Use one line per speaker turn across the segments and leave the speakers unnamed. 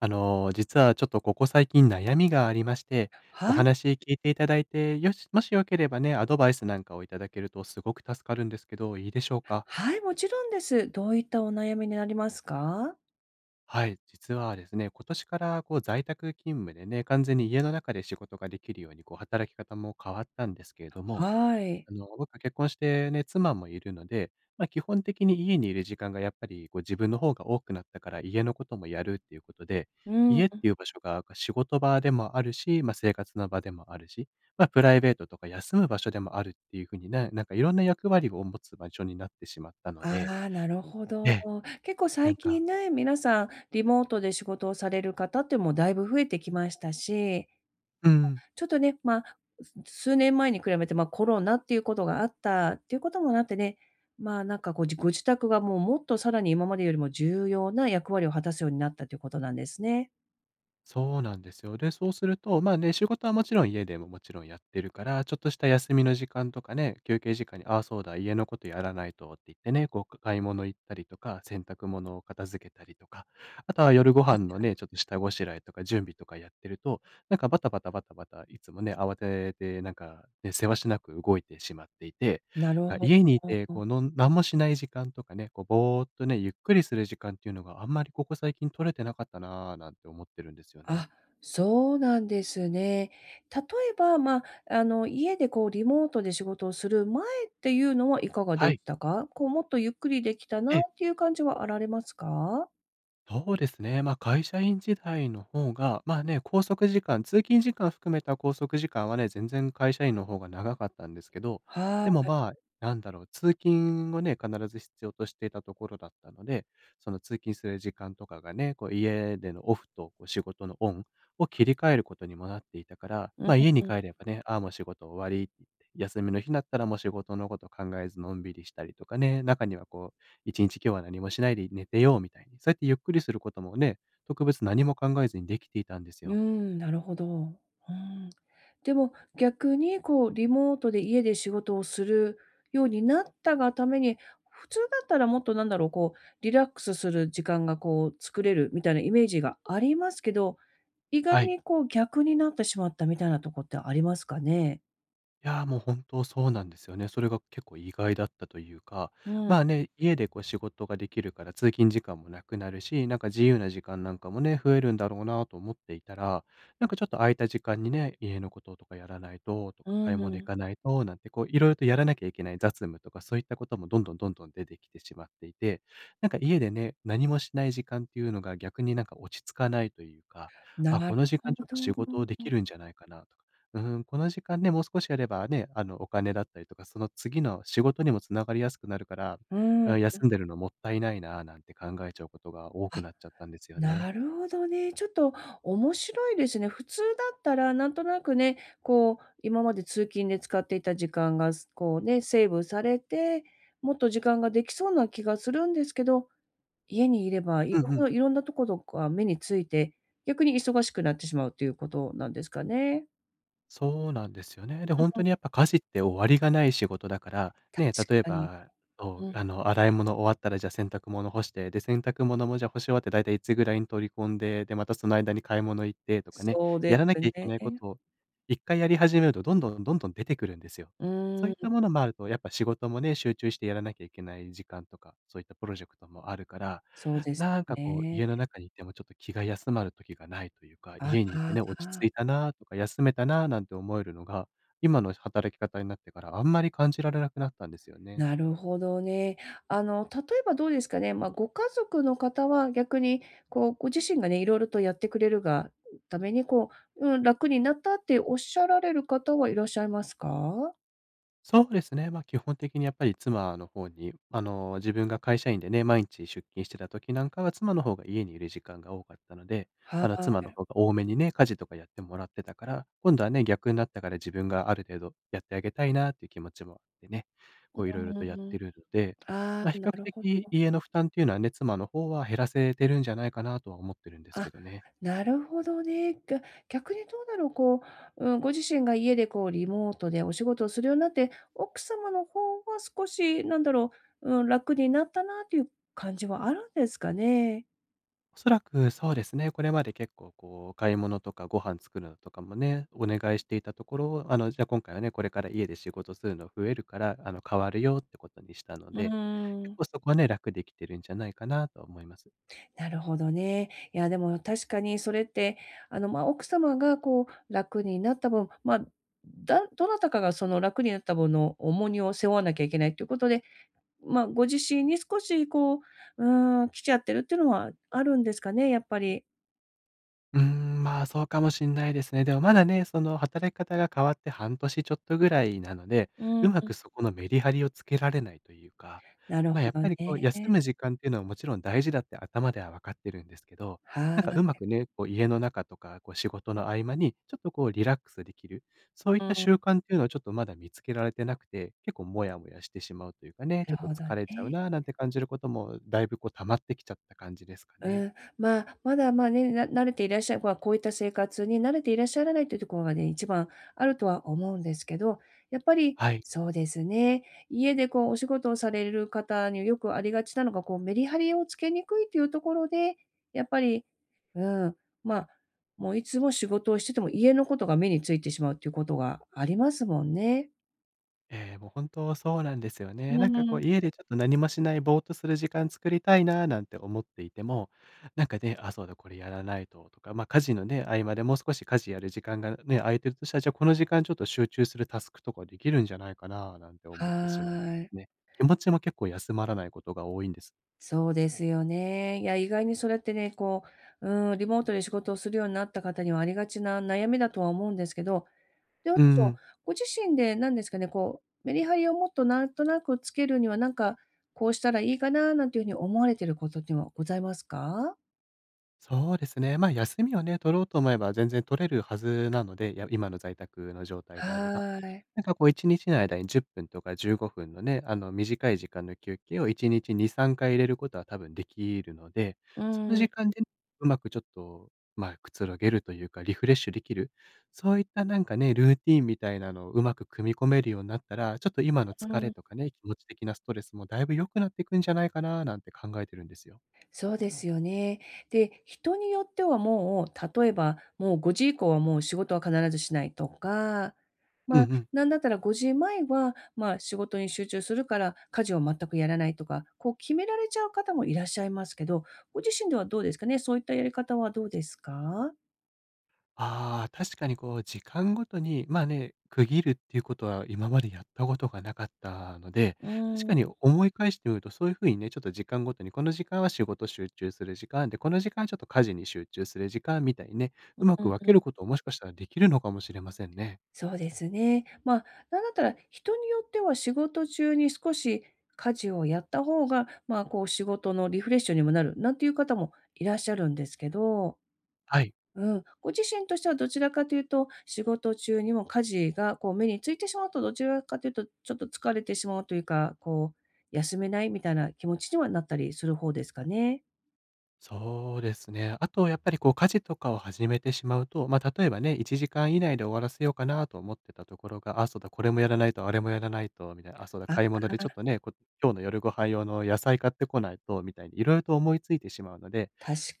実はちょっとここ最近悩みがありまして、お
はい、
話聞いていただいて、もしよければね、アドバイスなんかをいただけるとすごく助かるんですけど、いいでしょうか？
はい、もちろんです。どういったお悩みになりますか？
はい、実はですね、今年から在宅勤務でね、完全に家の中で仕事ができるように働き方も変わったんですけれども、
はい。
あの、僕結婚してね、妻もいるので、まあ、基本的に家にいる時間がやっぱり自分の方が多くなったから、家のこともやるっていうことで、
う
家っ
ん。
ていう場所が仕事場でもあるし、まあ、生活の場でもあるし、まあ、プライベートとか休む場所でもあるっていう風になんかいろんな役割を持つ場所になってしまったので、
ああ、なるほ
え
ど。
え、
結構
なん
最
か、
近ね、皆さんリモートで仕事をされる方ってもうだいぶ増えてきましたし、
うん。
ちょっとね、まあ、数年前に比べて、まあ、コロナっていうことがあったっていうこともあってね、ま、なんかこう、ご自宅がもうもっとさらに今までよりも重要な役割を果たすようになったということなんですね。
そうなんですよ。で、そうすると、まあね、仕事はもちろん家でももちろんやってるから、ちょっとした休みの時間とかね、休憩時間に、ああ、そうだ、家のことやらないとって言ってね、こう、買い物行ったりとか、洗濯物を片付けたりとか、あとは夜ご
は
飯のね、ちょっと下ごしらえとか準備とかやってると、なんかバタバタバタバタ、いつもね、慌てて、なんか、ね、せわしなく動いてしまっていて、
なるほ
家にいて、こ
ど。
う、何もしない時間とかね、こう、ぼーっとね、ゆっくりする時間っていうのがあんまりここ最近取れてなかったなぁ、なんて思ってるんですよね。
あ、そうなんですね。例えば、まあ、家でこうリモートで仕事をする前っていうのはいかがで
は
し
い。
たか？こうもっとゆっくりできたな
ええ、
っていう感じはあられますか？
そうですね。会社員時代の方が、まあね、拘束時間、通勤時間含めた拘束時間はね、全然会社員の方が長かったんですけど、
は
でも、
い。
まあ、なんだろう、通勤をね、必ず必要としていたところだったので、その通勤する時間とかがね、こう家でのオフと仕事のオンを切り替えることにもなっていたから、
うん
家に
うん。
帰ればね、ああ、もう仕事終わりって言って、休みの日になったらもう仕事のこと考えずのんびりしたりとかね、中にはこう1日今日は何もしないで寝てようみたいに、そうやってゆっくりすることもね、特別何も考えずにできていたんですよ。
なるほど。うん。でも逆にこうリモートで家で仕事をするようになったがために、普通だったらもっとなんだろう、こうリラックスする時間がこう作れるみたいなイメージがありますけど、意外
はい。
にこう逆になってしまったみたいなとこってありますかね？
いや、もう本当そうなんですよね。それが結構意外だったというか、
うん、
まあね、家でこう仕事ができるから通勤時間もなくなるし、なんか自由な時間なんかもね、増えるんだろうなと思っていたら、なんかちょっと空いた時間にね、家のこととかやらないと、と
う
か買い
んう
物行
ん、
かないと、なんていろいろとやらなきゃいけない雑務とかそういったこともどんどんどんどん出てきてしまっていて、なんか家でね、何もしない時間っていうのが逆になんか落ち着かないというか、
んな
あ、こ
る
の時
ほ
間ちょっと仕事で
ど。
きるんじゃないかなとか、うん、この時間ね、もう少しやればね、あの、お金だったりとか、その次の仕事にも繋がりやすくなるから、
うーん。
あ、休んでるのもったいないな、なんて考えちゃうことが多
あ、
くなっちゃったんですよね。
なるほどね。ちょっと面白いですね。普通だったらなんとなくね、こう今まで通勤で使っていた時間がすこうね、セーブされて、もっと時間ができそうな気がするんですけど、家にいれば
うんうん。
いろんなところが目について、逆に忙しくなってしまうということなんですかね？
そうなんですよね。で、本
う
当
ん、
にやっぱ家事って終わりがない仕事だから、
確
ね、例え
かに。
ば、そ
う
う、
ん。
あの、洗い物終わったらじゃあ洗濯物干して、で、洗濯物もじゃあ干し終わってだいたいいつぐらいに取り込んで、で、またその間に買い物行ってとかね、
そう
や
で
らな
す
きゃいけないこ
ね。
とを一回やり始めるとどんどんどんどん出てくるんですよ。
う
そう
ー
いった
ん、
ものもあると、やっぱ仕事もね、集中してやらなきゃいけない時間とか、そういったプロジェクトもあるから、
そうです
なんか、
ね。
家の中にいてもちょっと気が休まる時がないというか、
あ
家にいてね、落ち着
あ、
いたなとか、休めたななんて思えるのが、今の働き方になってからあんまり感じられなくなったんですよね。
なるほどね。例えばどうですかね、まあ、ご家族の方は逆に、こう、ご自身がね、いろいろとやってくれるがために、こう、うん、楽になったっておっしゃられる方はいらっしゃいますか？
そうですね。ま、基本的にやっぱり妻の方に、あの、自分が会社員でね、毎日出勤してた時なんかは、妻の方が家にいる時間が多かったので、
は
あの、妻の
い。
方が多めにね、家事とかやってもらってたから、今度はね、逆になったから自分がある程度やってあげたいなっていう気持ちもあってね、いろいろと
う
やっ
ん。
てるので、
あ
ま、
あ、
比
な
較
るほ
的
ど。
家の負担っていうのはね、妻の方は減らせてるんじゃないかなとは思ってるんですけ
あ、
どね。
なるほどね。逆にどうだろう、こう、うん、ご自身が家でこうリモートでお仕事をするようになって、奥様の方は少しなんだろう、うん、楽になったなっていう感じはあるんですかね？
おそらくそうですね、これまで結構買い物とかご飯作るのとかもね、お願いしていたところ、あの、じゃあ今回はね、これから家で仕事するの増えるから、あの、変わるよってことにしたの
うー
で、結
ん、
構そこはね、楽できてるんじゃないかなと思います。
なるほどね。いや、でも確かにそれって、まあ、奥様がこう楽になった分、まあ、どなたかがその楽になった分の重荷を背負わなきゃいけないということで、まあ、ご自身に少しこう、うーん、来ちゃってるっていうのはあるんですかね、やっぱり。
うーん、まあ、そうかもしんないですね。でもまだね、その働き方が変わって半年ちょっとぐらいなので、
う
うま
ん、
くそこのメリハリをつけられないというか、
なるほ
やっ
ど
ぱり休
ね。
む時間っていうのはもちろん大事だって頭では分かってるんですけど、
は
なんか
い。
うまくね、家の中とか、こう仕事の合間にちょっとリラックスできる、そういっ
う
た
ん、
習慣っていうのをちょっとまだ見つけられてなくて、結構モヤモヤしてしまうというかね、ちょ
な
っ
る
と
ほど
疲
ね。
れちゃうななんて感じることもだいぶ溜まってきちゃった感じですか
う
ね。
ん、まあ、まだ、まあね、慣れていらっしゃる、まあ、こういった生活に慣れていらっしゃらないというところがね、一番あるとは思うんですけど、やっぱり
はい。
そうですね、家でこうお仕事をされる方によくありがちなのが、こうメリハリをつけにくいというところで、やっぱり、うん、まあ、もういつも仕事をしてても家のことが目についてしまうっていうことがありますもんね。
ええ、もう本当そうなんですよね。
う
なんか
ん。
家でちょっと何もしないぼーっとする時間作りたいななんて思っていても、なんかね、あ、そうだこれやらないととか、ま、家事のね、合間でもう少し家事やる時間がね、空いてるとしたら、じゃあこの時間ちょっと集中するタスクとかできるんじゃないかななんて
は
思ってしまって
い。
ね。気持ちも結構休まらないことが多いんです。
そうですよね。いや、意外にそれってね、こう、うん、リモートで仕事をするようになった方にはありがちな悩みだとは思うんですけど、どう
う
でしょ
ん、
う、ご自身で何ですかね、こう、メリハリをもっとなんとなくつけるには、なんか、こうしたらいいかななんていうふうに思われてることっていうのはございますか？
そうですね。休みをね、取ろうと思えば全然取れるはずなので、今の在宅の状態であれば。
はーい。
なんか1日の間に10分とか15分のね、あの短い時間の休憩を1日2、3回入れることは多分できるので、
う
その
ん、
時間でね、うまくちょっと、まあ、くつろげるというか、リフレッシュできる、そういったなんかね、ルーティンみたいなのをうまく組み込めるようになったら、ちょっと今の
う
疲れ
ん。
とかね、気持ち的なストレスもだいぶ良くなっていくんじゃないかななんて考えてるんですよ。
そうですよね。で、人によってはもう、例えば、もう5時以降はもう仕事は必ずしないとか、
うん
ま
う
あ、
ん。
なんだったら5時前は、まあ、仕事に集中するから、家事を全くやらないとか、こう決められちゃう方もいらっしゃいますけど、ご自身ではどうですかね？そういったやり方はどうですか？
ああ、確かにこう時間ごとに、まあね、区切るっていうことは今までやったことがなかったので、確かに思い返してみるとそういうふうにね、ちょっと時間ごとに、この時間は仕事集中する時間で、この時間はちょっと家事に集中する時間みたいにね、うま
う
く分け
ん。
ることをもしかしたらできるのかもしれませんね。
そうですね。まあ、なんだったら人によっては仕事中に少し家事をやった方が、まあ、こう仕事のリフレッシュにもなるなんていう方もいらっしゃるんですけど、
はい。
うん、ご自身としてはどちらかというと、仕事中にも家事がこう目についてしまうと、どちらかというとちょっと疲れてしまうというか、こう休めないみたいな気持ちにはなったりする方ですかね。
そうですね。あとやっぱりこう家事とかを始めてしまうと、まあ、例えばね、1時間以内で終わらせようかなと思ってたところが、あ、そうだ、これもやらないと、あれもやらないと、みたいな、あ、そうだ、
あ、
買い物でちょっとね、今日の夜ご飯用の野菜買ってこないと、みたいにいろいろと思いついてしまうので、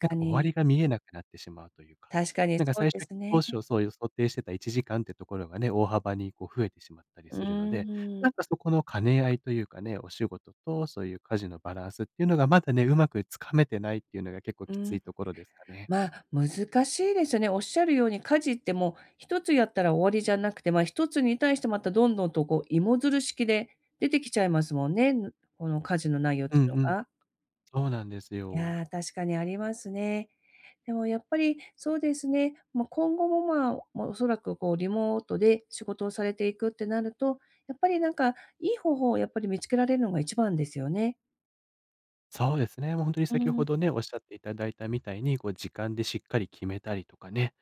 なん
か
か終わり
に。
が見えなくなってしまうというか、
確かに
なんか
そう
最
で
初、
す
当
ね。
初そういう想定してた1時間ってところがね、大幅にこう増えてしまったり
う
するので、
ーん。
なんかそこの兼ね合いというかね、お仕事とそういう家事のバランスっていうのがまだね、うまくつかめてないっていうのが結構
う
きつい
ん。
ところですかね。
まあ、難しいですよね。おっしゃるように家事ってもう一つやったら終わりじゃなくて、一つに対してまたどんどんとこう芋づる式で出てきちゃいますもんね、この家事の内容っ
う
ていう
んうん、
のが。
そうなんです
い
よ。
やー、確かにありますね。でもやっぱりそうですね、まあ、今後も、まあ、もうおそらくこうリモートで仕事をされていくってなると、やっぱりなんかいい方法をやっぱり見つけられるのが一番ですよね。
そうですね、もう本当に
う
先ほ
ん。
どね、おっしゃっていただいたみたいに、こう時間でしっかり決めたりとかね、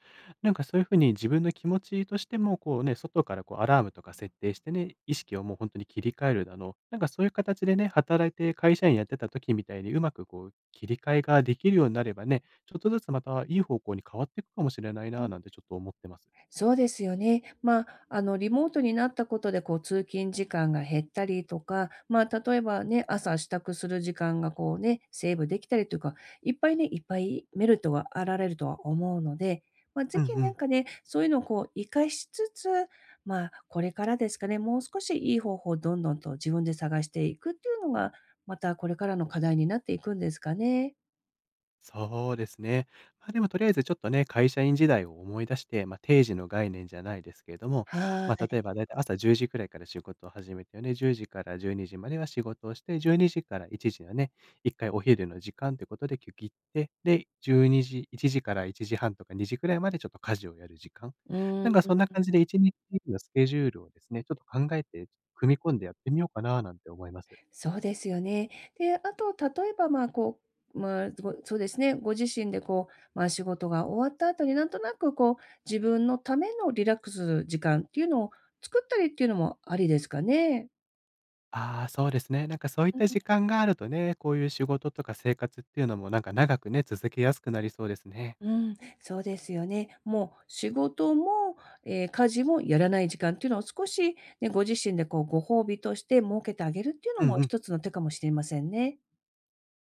なんかそういう風に自分の気持ちとしても、こうね、外からこうアラームとか設定してね、意識をもう本当に切り替えるだの、なんかそういう形でね、働いて会社員やってた時みたいにうまくこう切り替えができるようになればね、ちょっとずつまたいい方向に変わっていくかもしれないななんてちょっと思ってます。
そうですよね。まあ、リモートになったことで、こう、通勤時間が減ったりとか、まあ、例えばね、朝支度する時間がこうね、セーブできたりというか、いっぱいね、いっぱいメリットがあられるとは思うので、まあ、
う
ぜ
んう
ひなん
ん。
かね、そういうのをこう、活かしつつ、まあ、これからですかね、もう少しいい方法をどんどんと自分で探していくっていうのが、またこれからの課題になっていくんですかね。
そうですね。まあ、でもとりあえずちょっとね、会社員時代を思い出して、まあ、定時の概念じゃないですけれども、
はい。
ま
は
あ、
い。
例えばだいたい朝10時くらいから仕事を始めてよね、10時から12時までは仕事をして、12時から1時のね、1回お昼の時間ということで区切って、で、12時、1時から1時半とか2時くらいまでちょっと家事をやる時間。
う
なんか
ん。
そんな感じで1日のスケジュールをですね、ちょっと考えて組み込んでやってみようかななんて思います。
そうですよね。で、あと例えば、まあ、こう、まあ、そうですね、ご自身でこう、まあ、仕事が終わった後になんとなくこう、自分のためのリラックス時間っていうのを作ったりっていうのもありですかね？
ああ、そうですね。なんかそういっ
う
た
ん。
時間があるとね、こういう仕事とか生活っていうのもなんか長くね、続けやすくなりそうですね。
そうですよね。もう仕事も、家事もやらない時間っていうのを少しね、ご自身でこう、ご褒美として設けてあげるっていうの
うん
も
うん。
一つの手かもしれませんね。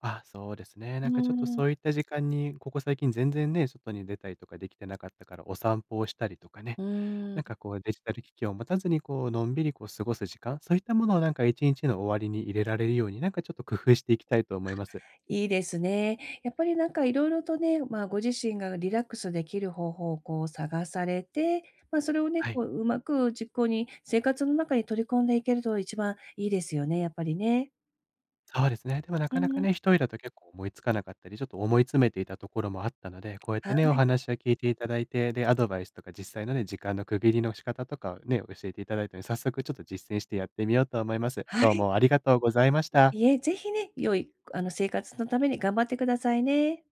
あ、そうですね。な
う
んかちょっと
ん。
そういった時間に、ここ最近全然ね、外に出たりとかできてなかったから、お散歩をしたりとかね、
うー
なん
ん。
かこうデジタル機器を持たずにこう、のんびりこう過ごす時間、そういったものをなんか一日の終わりに入れられるように、なんかちょっと工夫していきたいと思います。
いいですね。やっぱりなんかいろいろとね、まあ、ご自身がリラックスできる方法をこう探されて、まあ、それをね、
はい。
こううまく実行に生活の中に取り込んでいけると一番いいですよね、やっぱりね。
そうですね。でもな
う
かなか
ん。
ね、一人だと結構思いつかなかったり、ちょっと思い詰めていたところもあったので、こうやっ
は
てね、お
い。
話を聞いていただいて、で、アドバイスとか実際のね、時間の区切りの仕方とかをね、教えていただいたので、早速ちょっと実践してやってみようと思います。
は
どう
い。
もありがとうございました。
いえ、ぜひね、良い生活のために頑張ってくださいね。